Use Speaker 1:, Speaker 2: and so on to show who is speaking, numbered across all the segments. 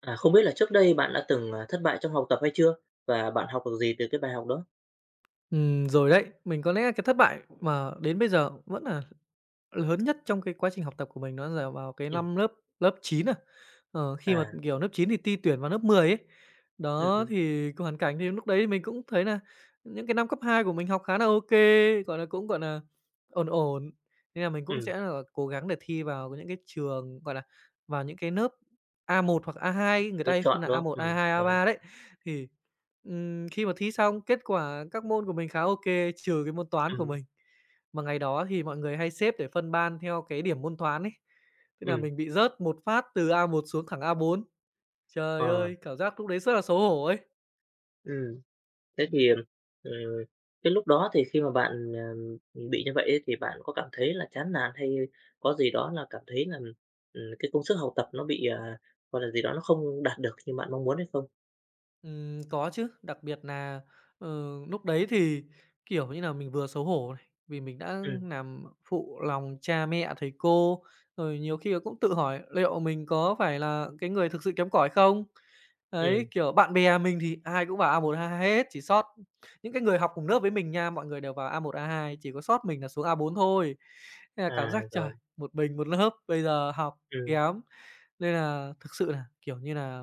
Speaker 1: À, không biết là trước đây bạn đã từng, thất bại trong học tập hay chưa? Và bạn học được gì từ cái bài học đó?
Speaker 2: Rồi đấy. Mình có lẽ cái thất bại mà đến bây giờ vẫn là lớn nhất trong cái quá trình học tập của mình nó là vào cái
Speaker 1: Ừm,
Speaker 2: năm lớp lớp 9 à. Khi mà,
Speaker 1: à,
Speaker 2: kiểu, lớp 9 thì ti tuyển vào lớp 10 ấy.
Speaker 1: ừm,
Speaker 2: Đó,
Speaker 1: ừm,
Speaker 2: thì cái hoàn cảnh thì lúc đấy mình cũng thấy là những cái năm cấp 2 của mình học khá là ok, gọi là, cũng, gọi là ổn ổn, nên là mình cũng
Speaker 1: ừm,
Speaker 2: sẽ là cố gắng để thi vào những cái trường, gọi là, vào những cái lớp a một hoặc a hai, người
Speaker 1: lựa
Speaker 2: ta hay phân
Speaker 1: chọn,
Speaker 2: là
Speaker 1: đúng
Speaker 2: a
Speaker 1: không?
Speaker 2: một a hai a
Speaker 1: Rồi,
Speaker 2: ba đấy. Thì, khi mà thi xong, kết quả các môn của mình khá ok, trừ cái môn Toán của
Speaker 1: ừm,
Speaker 2: mình. Mà ngày đó thì mọi người hay xếp để phân ban theo cái điểm môn toán ấy, thế là
Speaker 1: ừm,
Speaker 2: mình bị rớt một phát từ A1 xuống thẳng A4.
Speaker 1: ờ,
Speaker 2: Trời ơi, cảm giác lúc đấy rất là xấu hổ ấy.
Speaker 1: ừm. Thế
Speaker 2: Ừm.
Speaker 1: thì, cái lúc đó thì khi mà bạn, bị như vậy ấy thì bạn có cảm thấy là chán nản hay có gì đó là cảm thấy là, cái công sức học tập nó bị, gọi là gì đó, nó không đạt được như bạn mong muốn hay không?
Speaker 2: Có chứ, đặc biệt là ờ, lúc đấy thì, kiểu như là mình vừa xấu hổ này, vì mình đã
Speaker 1: Ừm,
Speaker 2: làm phụ lòng cha mẹ, thầy cô, rồi nhiều khi cũng tự hỏi liệu mình có phải là cái người thực sự kém cỏi không? Đấy,
Speaker 1: ừm,
Speaker 2: kiểu, bạn bè mình thì ai cũng vào a một a hai hết, chỉ sót những cái người học cùng lớp với mình nha, mọi người đều vào a một a hai, chỉ có sót mình là xuống a bốn thôi. Nên là cảm
Speaker 1: à,
Speaker 2: giác, trời,
Speaker 1: rồi,
Speaker 2: một mình một lớp, bây giờ học
Speaker 1: ừm,
Speaker 2: kém, nên là thực sự là, kiểu như là,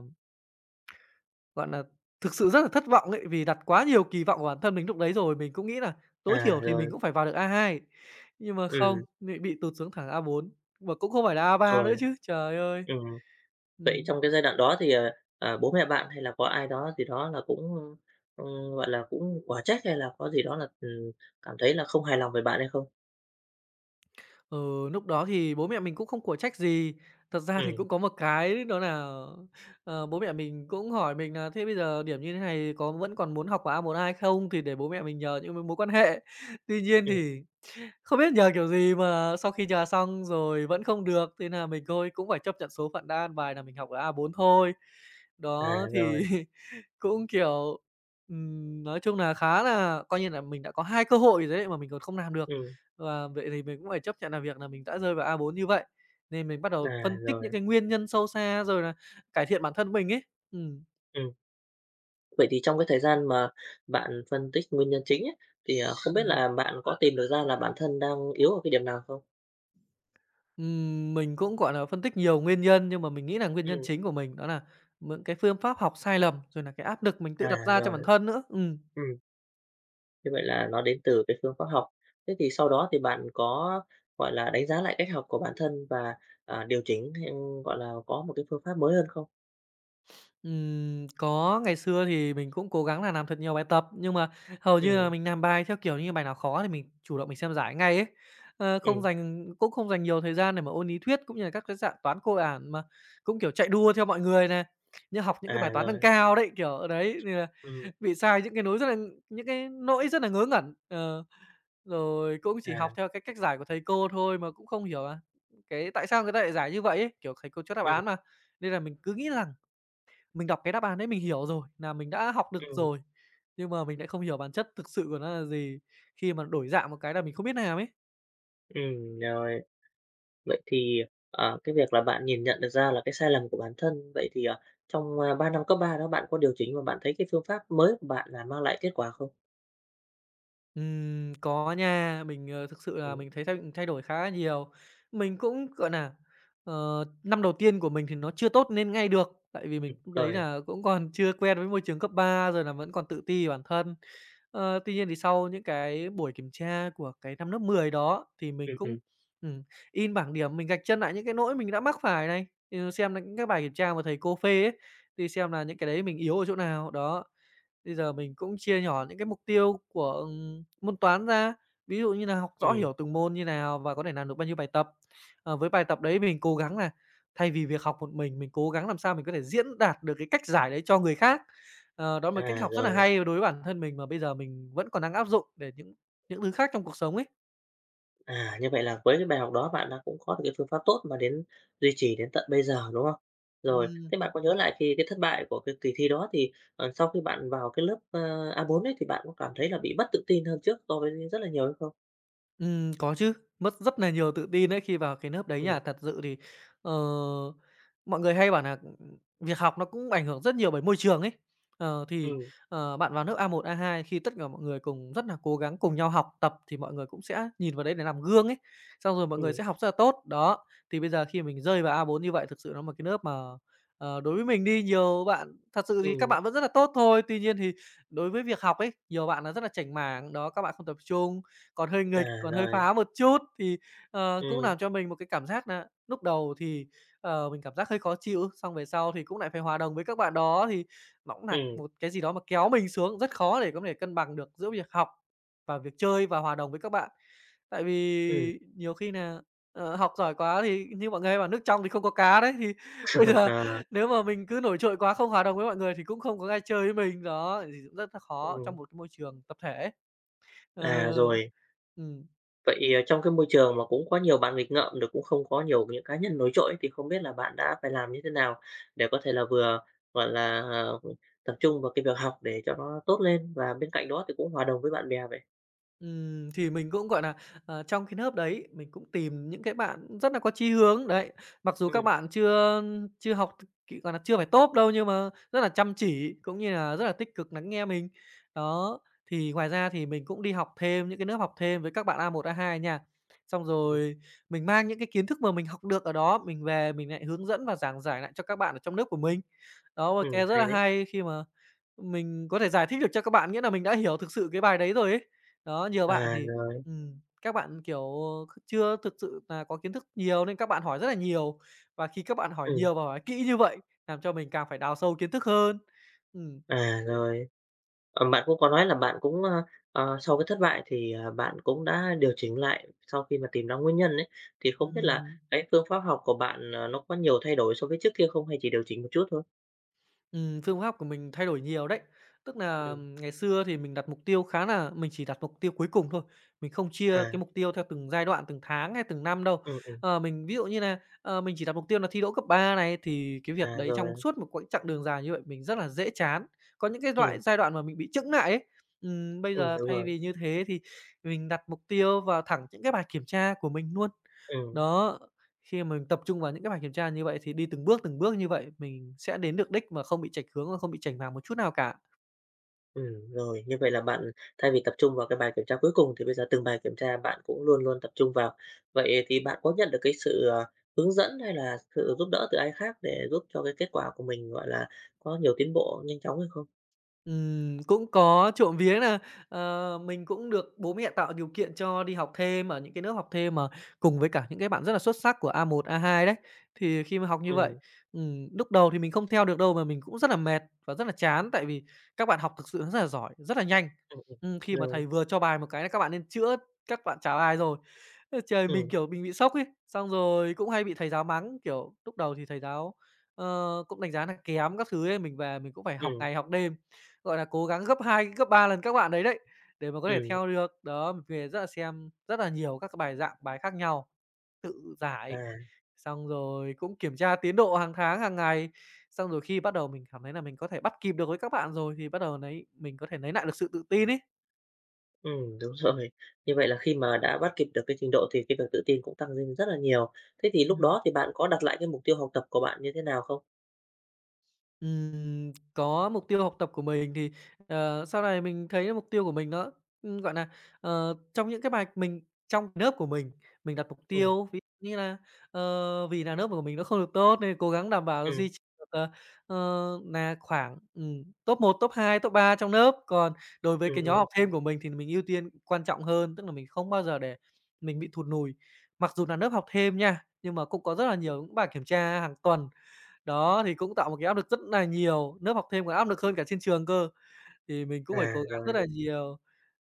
Speaker 2: gọi là, thực sự rất là thất vọng ấy, vì đặt quá nhiều kỳ vọng vào bản thân mình lúc đấy rồi. Mình cũng nghĩ là tối
Speaker 1: à,
Speaker 2: thiểu thì mình
Speaker 1: rồi,
Speaker 2: cũng phải vào được a hai, nhưng mà không,
Speaker 1: ừm,
Speaker 2: bị tụt xuống thẳng a bốn, mà cũng không phải là a ba
Speaker 1: rồi,
Speaker 2: nữa chứ, trời ơi!
Speaker 1: ừm. Vậy
Speaker 2: Ừm.
Speaker 1: trong cái giai đoạn đó thì, bố mẹ bạn hay là có ai đó gì đó là cũng, gọi là, cũng quả trách hay là có gì đó là, cảm thấy là không hài lòng về bạn hay không?
Speaker 2: Ừ, lúc đó thì bố mẹ mình cũng không của trách gì. Thật ra
Speaker 1: Ừ,
Speaker 2: thì cũng có một cái đó là, bố mẹ mình cũng hỏi mình là "Thế bây giờ điểm như thế này có vẫn còn muốn học vào a một A2 không?". Thì để bố mẹ mình nhờ những mối quan hệ. Tuy nhiên
Speaker 1: ừm,
Speaker 2: thì không biết nhờ kiểu gì mà sau khi nhờ xong rồi vẫn không được, thế là mình thôi cũng phải chấp nhận số phận đã, ăn bài là mình học ở a bốn thôi.
Speaker 1: à,
Speaker 2: Đó, thì
Speaker 1: rồi,
Speaker 2: cũng, kiểu, nói chung là khá là coi như là mình đã có 2 cơ hội rồi đấy mà mình còn không làm được.
Speaker 1: ừm,
Speaker 2: Và vậy thì mình cũng phải chấp nhận là việc là mình đã rơi vào a bốn như vậy, nên mình bắt đầu
Speaker 1: à,
Speaker 2: phân tích
Speaker 1: rồi,
Speaker 2: những cái nguyên nhân sâu xa rồi là cải thiện bản thân mình ấy. Ừm.
Speaker 1: ừm. Vậy thì trong cái thời gian mà bạn phân tích nguyên nhân chính ấy, thì, không biết
Speaker 2: Ừm.
Speaker 1: là bạn có tìm được ra là bản thân đang yếu ở cái điểm nào không?
Speaker 2: Mình cũng, gọi là, phân tích nhiều nguyên nhân, nhưng mà mình nghĩ là nguyên
Speaker 1: Ừ,
Speaker 2: nhân chính của mình đó là những cái phương pháp học sai lầm, rồi là cái áp lực mình
Speaker 1: à,
Speaker 2: tự đặt ra cho
Speaker 1: rồi,
Speaker 2: bản thân nữa.
Speaker 1: ừm. Như vậy là nó đến từ cái phương pháp học. Thế thì sau đó thì bạn có, gọi là, đánh giá lại cách học của bản thân và, điều chỉnh hay, gọi là, có một cái phương pháp mới hơn không?
Speaker 2: Có ngày xưa thì mình cũng cố gắng là làm thật nhiều bài tập, nhưng mà hầu như là
Speaker 1: Ừm,
Speaker 2: mình làm bài theo kiểu như bài nào khó thì mình chủ động mình xem giải ngay ấy.
Speaker 1: ừm,
Speaker 2: Không dành nhiều thời gian để mà ôn lý thuyết, cũng như là các cái dạng toán cơ bản, mà cũng, kiểu, chạy đua theo mọi người nè, như học những cái
Speaker 1: à,
Speaker 2: bài toán nâng
Speaker 1: rồi,
Speaker 2: cao đấy, kiểu đấy, nên là
Speaker 1: ừm,
Speaker 2: bị sai những cái nỗi rất là ngớ ngẩn. Ờ. Rồi cũng chỉ
Speaker 1: à,
Speaker 2: học theo cái cách giải của thầy cô thôi, mà cũng không hiểu là cái tại sao người ta lại giải như vậy ấy, kiểu, thầy cô cho đáp
Speaker 1: ừm,
Speaker 2: án mà. Nên là mình cứ nghĩ rằng mình đọc cái đáp án đấy mình hiểu rồi, là mình đã học được
Speaker 1: ừm,
Speaker 2: rồi, nhưng mà mình lại không hiểu bản chất thực sự của nó là gì, khi mà đổi dạng một cái là mình không biết làm ấy.
Speaker 1: rồi. Vậy thì, cái việc là bạn nhìn nhận được ra là cái sai lầm của bản thân, vậy thì, trong, 3 năm cấp 3 đó bạn có điều chỉnh và bạn thấy cái phương pháp mới của bạn là mang lại kết quả không?
Speaker 2: Có nha, mình, thực sự là
Speaker 1: Ừm,
Speaker 2: mình thấy thay thay đổi khá nhiều. Mình cũng, gọi là, năm đầu tiên của mình thì nó chưa tốt nên ngay được, tại vì mình lúc đấy
Speaker 1: rồi,
Speaker 2: là cũng còn chưa quen với môi trường cấp ba, rồi là vẫn còn tự ti về bản thân. Tuy nhiên thì sau những cái buổi kiểm tra của cái năm lớp 10 đó thì mình
Speaker 1: ừm,
Speaker 2: cũng,
Speaker 1: ừm,
Speaker 2: ừm, in bảng điểm, mình gạch chân lại những cái lỗi mình đã mắc phải này, ừ, xem là những cái bài kiểm tra mà thầy cô phê ấy, thì xem là những cái đấy mình yếu ở chỗ nào, đó. Bây giờ mình cũng chia nhỏ những cái mục tiêu của, môn toán ra, ví dụ như là học rõ
Speaker 1: ừm,
Speaker 2: hiểu từng môn như nào và có thể làm được bao nhiêu bài tập. Với bài tập đấy mình cố gắng là thay vì việc học một mình cố gắng làm sao mình có thể diễn đạt được cái cách giải đấy cho người khác. Ờ, đó là một cách
Speaker 1: à,
Speaker 2: học rất là
Speaker 1: rồi.
Speaker 2: hay đối với bản thân mình, mà bây giờ mình vẫn còn đang áp dụng để những thứ khác trong cuộc sống ấy.
Speaker 1: À, như vậy là với cái bài học đó bạn đã cũng có được cái phương pháp tốt mà đến duy trì đến tận bây giờ, đúng không? Rồi,
Speaker 2: Ừm.
Speaker 1: thế bạn có nhớ lại khi cái thất bại của cái kỳ thi đó thì, sau khi bạn vào cái lớp, A4 ấy thì bạn có cảm thấy là bị mất tự tin hơn trước so với rất là nhiều hay không?
Speaker 2: Có chứ, mất rất là nhiều tự tin đấy khi vào cái lớp đấy
Speaker 1: Ừm,
Speaker 2: nha. Thật sự thì, ờ, mọi người hay bảo là việc học nó cũng ảnh hưởng rất nhiều bởi môi trường ấy. Thì,
Speaker 1: ừm,
Speaker 2: bạn vào lớp a một a hai, khi tất cả mọi người cùng rất là cố gắng cùng nhau học tập thì mọi người cũng sẽ nhìn vào đấy để làm gương ấy, xong rồi mọi người
Speaker 1: ừm,
Speaker 2: sẽ học rất là tốt. Đó, thì bây giờ khi mình rơi vào a bốn như vậy, thực sự nó là một cái lớp mà, đối với mình đi, nhiều bạn thật sự thì các
Speaker 1: ừm,
Speaker 2: bạn vẫn rất là tốt thôi, tuy nhiên thì đối với việc học ấy, nhiều bạn là rất là chảnh mảng, đó, các bạn không tập trung, còn hơi
Speaker 1: à,
Speaker 2: nghịch, còn hơi
Speaker 1: rồi,
Speaker 2: phá một chút thì, cũng
Speaker 1: ừm,
Speaker 2: làm cho mình một cái cảm giác là lúc đầu thì, mình cảm giác hơi khó chịu, xong về sau thì cũng lại phải hòa đồng với các bạn đó, thì nó cũng nà
Speaker 1: ừm,
Speaker 2: một cái gì đó mà kéo mình xuống, rất khó để có thể cân bằng được giữa việc học và việc chơi và hòa đồng với các bạn. Tại
Speaker 1: ừm,
Speaker 2: vì nhiều khi nà, học giỏi quá thì như mọi người hay bảo "Nước trong thì không có cá" đấy, thì bây giờ
Speaker 1: à,
Speaker 2: nếu mà mình cứ nổi trội quá, không hòa đồng với mọi người thì cũng không có ai chơi với mình, đó, thì cũng rất là khó
Speaker 1: ừm,
Speaker 2: trong một cái môi trường tập thể.
Speaker 1: à,
Speaker 2: Ờ,
Speaker 1: rồi.
Speaker 2: ừ.
Speaker 1: Vậy, trong cái môi trường mà cũng có nhiều bạn nghịch ngợm rồi cũng không có nhiều những cá nhân nổi trội thì không biết là bạn đã phải làm như thế nào để có thể là vừa, gọi là, tập trung vào cái việc học để cho nó tốt lên và bên cạnh đó thì cũng hòa đồng với bạn bè vậy?
Speaker 2: Thì mình cũng, gọi là, trong cái lớp đấy, mình cũng tìm những cái bạn rất là có chí hướng, đấy. Mặc dù các
Speaker 1: Ừ,
Speaker 2: bạn chưa chưa học kỹ, gọi nà, chưa phải top đâu, nhưng mà rất là chăm chỉ, cũng như là rất là tích cực lắng nghe mình. Đó, thì ngoài ra thì mình cũng đi học thêm những cái lớp học thêm với các bạn a một a hai nha. Xong
Speaker 1: ừ,
Speaker 2: rồi mình mang những cái kiến thức mà mình học được ở đó, mình về mình lại hướng dẫn và giảng giải lại cho các bạn ở trong lớp của mình. Đó, và cái rất
Speaker 1: hay
Speaker 2: là
Speaker 1: đấy.
Speaker 2: hay khi mà mình có thể giải thích được cho các bạn, nghĩa là mình đã hiểu thực sự cái bài đấy rồi ấy. Đó, nhiều bạn
Speaker 1: À,
Speaker 2: thì,
Speaker 1: rồi,
Speaker 2: các bạn, kiểu, chưa thực sự là có kiến thức nhiều nên các bạn hỏi rất là nhiều, và khi các bạn hỏi
Speaker 1: ừm,
Speaker 2: nhiều và hỏi kỹ như vậy, làm cho mình càng phải đào sâu kiến thức hơn. Ừm.
Speaker 1: à, rồi. Bạn cũng có nói là bạn cũng, sau cái thất bại thì, bạn cũng đã điều chỉnh lại sau khi mà tìm ra nguyên nhân ấy, thì không biết là
Speaker 2: Ừm.
Speaker 1: cái phương pháp học của bạn, nó có nhiều thay đổi so với trước kia không hay chỉ điều chỉnh một chút thôi?
Speaker 2: Phương pháp của mình thay đổi nhiều đấy. Tức là
Speaker 1: Ừm,
Speaker 2: ngày xưa thì mình đặt mục tiêu khá là, mình chỉ đặt mục tiêu cuối cùng thôi, mình không chia cái
Speaker 1: à.
Speaker 2: mục tiêu theo từng giai đoạn, từng tháng hay từng năm đâu.
Speaker 1: Ừm, ừm,
Speaker 2: Ờ, mình ví dụ như là, mình chỉ đặt mục tiêu là thi đỗ cấp 3 này, thì cái việc
Speaker 1: à,
Speaker 2: đấy trong
Speaker 1: rồi,
Speaker 2: suốt một quãng chặng đường dài như vậy mình rất là dễ chán. Có những cái
Speaker 1: ừm,
Speaker 2: loại giai đoạn mà mình bị chững lại ấy. Bây giờ
Speaker 1: đúng
Speaker 2: thay
Speaker 1: rồi,
Speaker 2: vì như thế thì mình đặt mục tiêu vào thẳng những cái bài kiểm tra của mình luôn.
Speaker 1: ừm,
Speaker 2: Đó, khi mà mình tập trung vào những cái bài kiểm tra như vậy thì đi từng bước như vậy, mình sẽ đến được đích mà không bị chệch hướng và không bị chểnh mảng một chút nào cả.
Speaker 1: rồi. Như vậy là bạn thay vì tập trung vào cái bài kiểm tra cuối cùng thì bây giờ từng bài kiểm tra bạn cũng luôn luôn tập trung vào. Vậy thì bạn có nhận được cái sự, hướng dẫn hay là sự giúp đỡ từ ai khác để giúp cho cái kết quả của mình, gọi là, có nhiều tiến bộ nhanh chóng hay không?
Speaker 2: Cũng có, trộm vía là mình cũng được bố mẹ tạo điều kiện cho đi học thêm ở những cái lớp học thêm mà cùng với cả những cái bạn rất là xuất sắc của a một a hai đấy. Thì khi mà học như vậy,
Speaker 1: Ừ,
Speaker 2: lúc đầu thì mình không theo được đâu mà mình cũng rất là mệt và rất là chán, tại vì các bạn học thực sự rất là giỏi, rất là nhanh.
Speaker 1: ừm, ừm,
Speaker 2: Khi mà
Speaker 1: rồi,
Speaker 2: thầy vừa cho bài một cái là các bạn nên chữa, các bạn trả bài rồi. Ơ, trời, mình,
Speaker 1: ừ,
Speaker 2: kiểu, mình bị sốc ấy, xong rồi cũng hay bị thầy giáo mắng, kiểu, lúc đầu thì thầy giáo, cũng đánh giá là kém các thứ ấy, mình về mình cũng phải học
Speaker 1: ừ,
Speaker 2: ngày học đêm. Gọi là, cố gắng gấp 2 gấp 3 lần các bạn đấy đấy, để mà có thể
Speaker 1: ừm,
Speaker 2: theo được. Đó, mình về rất là xem rất là nhiều các cái bài dạng bài khác nhau, tự giải,
Speaker 1: à,
Speaker 2: xong rồi cũng kiểm tra tiến độ hàng tháng, hàng ngày. Xong rồi khi bắt đầu mình cảm thấy là mình có thể bắt kịp được với các bạn rồi thì bắt đầu nấy mình có thể lấy lại được sự tự tin ấy.
Speaker 1: đúng rồi. Như vậy là khi mà đã bắt kịp được cái trình độ thì cái việc tự tin cũng tăng lên rất là nhiều. Thế thì lúc
Speaker 2: Ừm.
Speaker 1: đó thì bạn có đặt lại cái mục tiêu học tập của bạn như thế nào không?
Speaker 2: Có mục tiêu học tập của mình thì, sau này mình thấy mục tiêu của mình nó, gọi là trong những cái bài mình trong lớp của mình đặt mục tiêu, ví dụ như là, vì là lớp của mình nó không được tốt nên cố gắng đảm bảo
Speaker 1: Ừm,
Speaker 2: duy trì được, nà khoảng, top một top 2 top 3 trong lớp. Còn đối với
Speaker 1: ừm,
Speaker 2: cái nhóm
Speaker 1: ừm.
Speaker 2: học thêm của mình thì mình ưu tiên quan trọng hơn, tức là mình không bao giờ để mình bị thụt lùi. Mặc dù là lớp học thêm nha, nhưng mà cũng có rất là nhiều những bài kiểm tra hàng tuần đó, thì cũng tạo một cái áp lực rất nà nhiều, lớp học thêm còn áp lực hơn cả trên trường cơ, thì mình cũng phải
Speaker 1: À,
Speaker 2: cố gắng rất
Speaker 1: rồi,
Speaker 2: là nhiều.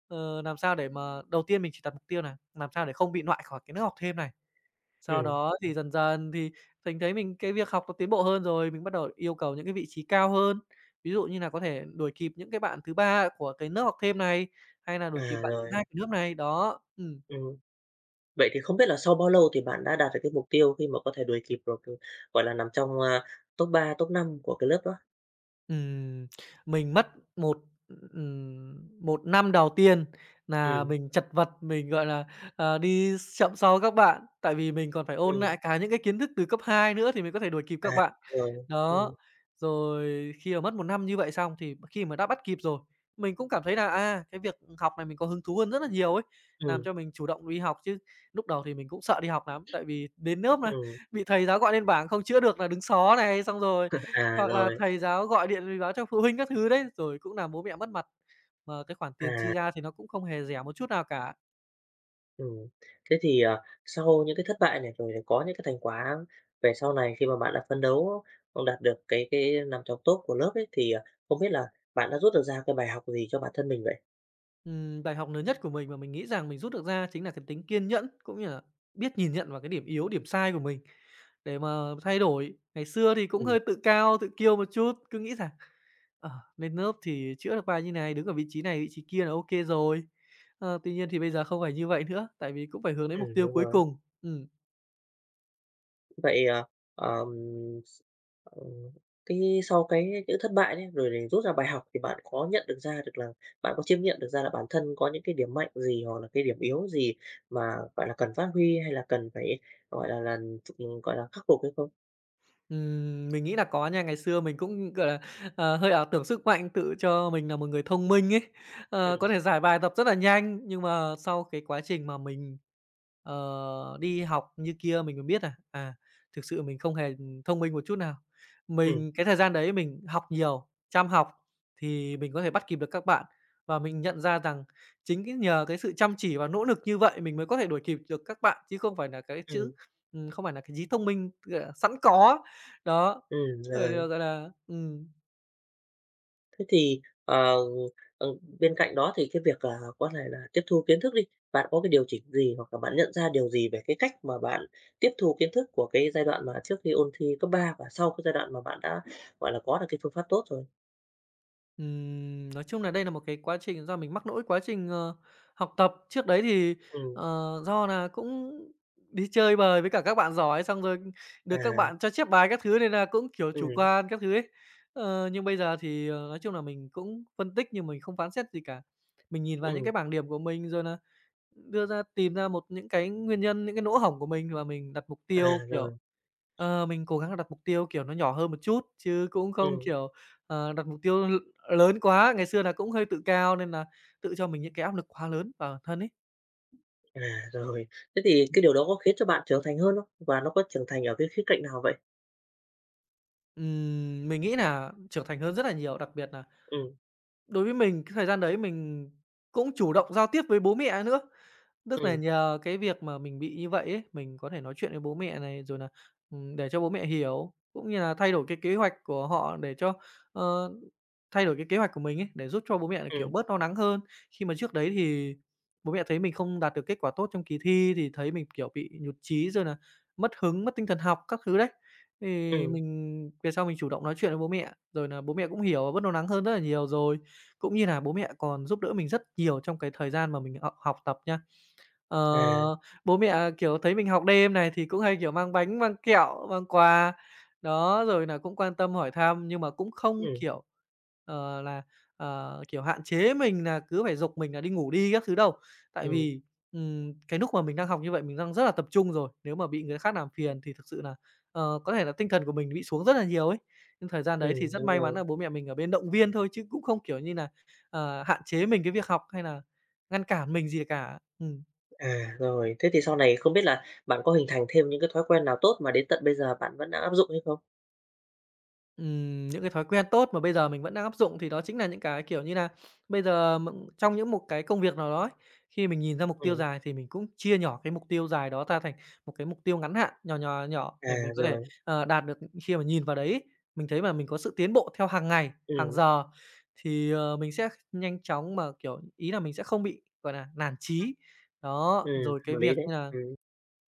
Speaker 2: Ờ, làm sao để mà đầu tiên mình chỉ đặt mục tiêu nà, làm sao để không bị loại khỏi cái nước học thêm này. Sau
Speaker 1: ừm,
Speaker 2: đó thì dần dần thì mình thấy mình cái việc học nó tiến bộ hơn rồi, mình bắt đầu yêu cầu những cái vị trí cao hơn. Ví dụ như nà có thể đuổi kịp những cái bạn thứ 3 của cái lớp học thêm này, hay nà đuổi kịp
Speaker 1: à,
Speaker 2: bạn thứ
Speaker 1: rồi,
Speaker 2: 2 của lớp này, đó. Ừm.
Speaker 1: ừm. Vậy thì không biết là sau bao lâu thì bạn đã đạt được cái mục tiêu khi mà có thể đuổi kịp được, ừ, gọi là, nằm trong, top 3 top 5 của cái lớp đó?
Speaker 2: Ừm, mình mất một, ừm, 1 năm đầu tiên là
Speaker 1: Ừm,
Speaker 2: mình chật vật, mình, gọi là, đi chậm sau các bạn, tại vì mình còn phải ôn
Speaker 1: ừm,
Speaker 2: lại cả những cái kiến thức từ cấp 2 nữa thì mình có thể đuổi kịp các
Speaker 1: à,
Speaker 2: bạn.
Speaker 1: rồi,
Speaker 2: Đó, rồi khi mà mất một năm như vậy xong thì khi mà đã bắt kịp rồi, mình cũng cảm thấy là, à, cái việc học này mình có hứng thú hơn rất là nhiều ấy, làm
Speaker 1: ừm,
Speaker 2: cho mình chủ động đi học chứ. Lúc đầu thì mình cũng sợ đi học lắm, tại vì đến lớp mà,
Speaker 1: ừm,
Speaker 2: bị thầy giáo gọi lên bảng không chữa được là đứng xó này, xong rồi
Speaker 1: à,
Speaker 2: hoặc là
Speaker 1: rồi,
Speaker 2: thầy giáo gọi điện mình báo cho phụ huynh các thứ đấy, rồi cũng làm bố mẹ mất mặt. Mà cái khoản tiền chi
Speaker 1: à,
Speaker 2: ra thì nó cũng không hề rẻ một chút nào cả.
Speaker 1: ừm. Thế thì, sau những cái thất bại này rồi có những cái thành quả về sau này khi mà bạn đã phấn đấu, đạt được cái nằm trong top của lớp ấy, thì, không biết là bạn đã rút được ra cái bài học gì cho bản thân mình vậy?
Speaker 2: Bài học lớn nhất của mình mà mình nghĩ rằng mình rút được ra chính là cái tính kiên nhẫn, cũng như là biết nhìn nhận vào cái điểm yếu, điểm sai của mình để mà thay đổi. Ngày xưa thì cũng
Speaker 1: Ừm,
Speaker 2: hơi tự cao, tự kiêu một chút, cứ nghĩ rằng, ờ, lên lớp thì chữa được bài như này, đứng ở vị trí này, vị trí kia là ok rồi. Ờ, tuy nhiên thì bây giờ không phải như vậy nữa, tại vì cũng phải hướng đến mục tiêu
Speaker 1: đúng
Speaker 2: cuối
Speaker 1: rồi.
Speaker 2: cùng. Ừm.
Speaker 1: Vậy, ờm, s ờ, cái sau cái những thất bại đấy, rồi thì rút ra bài học thì bạn có nhận được ra được là bạn có chiêm nghiệm được ra là bản thân có những cái điểm mạnh gì hoặc là cái điểm yếu gì mà, gọi là, cần phát huy hay là cần phải, gọi là, ừ, gọi là, khắc phục hay không?
Speaker 2: Mình nghĩ là có nha. Ngày xưa mình cũng, gọi là, hơi ảo tưởng sức mạnh, tự cho mình là một người thông minh ấy,
Speaker 1: Ừ,
Speaker 2: có thể giải bài tập rất là nhanh. Nhưng mà sau cái quá trình mà mình, đi học như kia mình mới biết là, à, thực sự mình không hề thông minh một chút nào.
Speaker 1: ừ,
Speaker 2: Mình cái thời gian đấy mình học nhiều, chăm học thì mình có thể bắt kịp được các bạn, và mình nhận ra rằng chính cái nhờ cái sự chăm chỉ và nỗ lực như vậy mình mới có thể đuổi kịp được các bạn, chứ không phải là cái
Speaker 1: ừ,
Speaker 2: chữ không phải là cái trí thông minh, gọi là, sẵn có đó, rồi
Speaker 1: rồi.
Speaker 2: là, gọi là
Speaker 1: Thế thì, ờ, bên cạnh đó thì cái việc là có thể là tiếp thu kiến thức đi, bạn có cái điều chỉnh gì hoặc là bạn nhận ra điều gì về cái cách mà bạn tiếp thu kiến thức của cái giai đoạn mà trước khi ôn thi cấp 3 và sau cái giai đoạn mà bạn đã, gọi là, có được cái phương pháp tốt rồi?
Speaker 2: nói chung là đây là một cái quá trình do mình mắc lỗi quá trình, học tập. Trước đấy thì,
Speaker 1: Ừm,
Speaker 2: do là cũng đi chơi bời với cả các bạn giỏi, xong rồi
Speaker 1: à,
Speaker 2: được các bạn cho chép bài các thứ nên là cũng, kiểu, chủ
Speaker 1: ừm,
Speaker 2: quan các thứ ấy. Ờ, nhưng bây giờ thì, nói chung là mình cũng phân tích nhưng mình không phán xét gì cả. Mình nhìn vào những
Speaker 1: ừm,
Speaker 2: cái bảng điểm của mình rồi nà đưa ra tìm ra một những cái nguyên nhân, những cái lỗ hổng của mình và mình đặt mục
Speaker 1: à,
Speaker 2: tiêu, kiểu,
Speaker 1: rồi,
Speaker 2: mình cố gắng đặt mục tiêu, kiểu, nó nhỏ hơn một chút, chứ cũng không,
Speaker 1: ừm,
Speaker 2: kiểu, đặt mục tiêu l lớn quá. Ngày xưa là cũng hơi tự cao nên là tự cho mình những cái áp lực quá lớn vào bản thân ấy.
Speaker 1: à, rồi. Thế thì cái điều đó có khiến cho bạn trưởng thành hơn không? Và nó có trưởng thành ở cái khía cạnh nào vậy?
Speaker 2: Mình nghĩ là trưởng thành hơn rất là nhiều, đặc biệt là
Speaker 1: Ừ,
Speaker 2: đối với mình cái thời gian đấy mình cũng chủ động giao tiếp với bố mẹ nữa, tức là
Speaker 1: ừ,
Speaker 2: nhờ cái việc mà mình bị như vậy ấy, mình có thể nói chuyện với bố mẹ này, rồi là để cho bố mẹ hiểu, cũng như là thay đổi cái kế hoạch của họ để cho, ờ, thay đổi cái kế hoạch của mình ấy, để giúp cho bố mẹ là, kiểu,
Speaker 1: ừ,
Speaker 2: bớt lo lắng hơn. Khi mà trước đấy thì bố mẹ thấy mình không đạt được kết quả tốt trong kỳ thi thì thấy mình, kiểu, bị nhụt chí rồi là mất hứng, mất tinh thần học các thứ đấy. Thì
Speaker 1: ừ,
Speaker 2: mình về sau mình chủ động nói chuyện với bố mẹ, rồi là bố mẹ cũng hiểu và bớt lo lắng hơn rất là nhiều rồi cũng như là bố mẹ còn giúp đỡ mình rất nhiều trong cái thời gian mà mình học học tập nha. Ờ,
Speaker 1: à,
Speaker 2: bố mẹ, kiểu, thấy mình học đêm này thì cũng hay, kiểu, mang bánh, mang kẹo, mang quà. Đó, rồi là cũng quan tâm hỏi thăm nhưng mà cũng không,
Speaker 1: ừm,
Speaker 2: kiểu, là, kiểu, hạn chế mình là cứ phải giục mình là đi ngủ đi các thứ đâu. Tại
Speaker 1: ừm,
Speaker 2: vì, cái lúc mà mình đang học như vậy mình đang rất là tập trung rồi, nếu mà bị người khác làm phiền thì thực sự là có thể là tinh thần của mình bị xuống rất là nhiều ấy. Nhưng thời gian đấy thì rất
Speaker 1: đúng
Speaker 2: may mắn
Speaker 1: rồi.
Speaker 2: là bố mẹ mình ở bên động viên thôi chứ cũng không, kiểu như là hạn chế mình cái việc học hay là ngăn cản mình gì cả. Ừm.
Speaker 1: À, rồi. Thế thì sau này không biết là bạn có hình thành thêm những cái thói quen nào tốt mà đến tận bây giờ bạn vẫn đang áp dụng hay không?
Speaker 2: Những cái thói quen tốt mà bây giờ mình vẫn đang áp dụng thì đó chính là những cái, kiểu như là bây giờ m trong những một cái công việc nào đó ấy, khi mình nhìn ra mục tiêu
Speaker 1: Ừm,
Speaker 2: dài thì mình cũng chia nhỏ cái mục tiêu dài đó ra thành một cái mục tiêu ngắn hạn nhỏ, nhỏ, nhỏ để
Speaker 1: à,
Speaker 2: mình có thể,
Speaker 1: rồi.
Speaker 2: đạt được. Khi mà nhìn vào đấy ấy, mình thấy mà mình có sự tiến bộ theo hàng ngày, hàng
Speaker 1: Ừm,
Speaker 2: giờ thì, mình sẽ nhanh chóng mà, kiểu, ý là mình sẽ không bị, gọi là nản chí. Đó,
Speaker 1: ừm,
Speaker 2: rồi cái
Speaker 1: hợp lý
Speaker 2: việc
Speaker 1: đấy.
Speaker 2: như là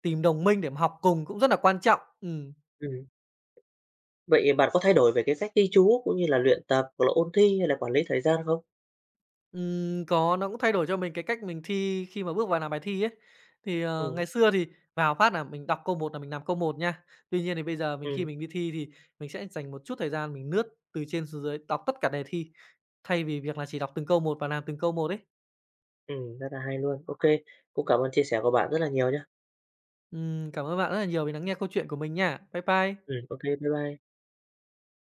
Speaker 2: tìm đồng minh để mà học cùng cũng rất là quan trọng. Ừm.
Speaker 1: ừm. Vậy bạn có thay đổi về cái cách ghi chú cũng như là luyện tập hoặc là ôn thi hay là quản lý thời gian không?
Speaker 2: Có, nó cũng thay đổi cho mình cái cách mình thi khi mà bước vào làm bài thi ấy. Thì,
Speaker 1: Ừm,
Speaker 2: ngày xưa thì vào phát là mình đọc câu một là mình làm câu một nha. Tuy nhiên thì bây giờ mình khi
Speaker 1: ừm,
Speaker 2: mình đi thi thì mình sẽ dành một chút thời gian mình lướt từ trên xuống dưới, đọc tất cả đề thi, thay vì việc là chỉ đọc từng câu một và làm từng câu một ấy.
Speaker 1: rất là hay luôn. OK, cũng cảm ơn chia sẻ của bạn rất là nhiều nhá.
Speaker 2: Cảm ơn bạn rất là nhiều vì lắng nghe câu chuyện của mình nha. Bye bye.
Speaker 1: OK, bye bye.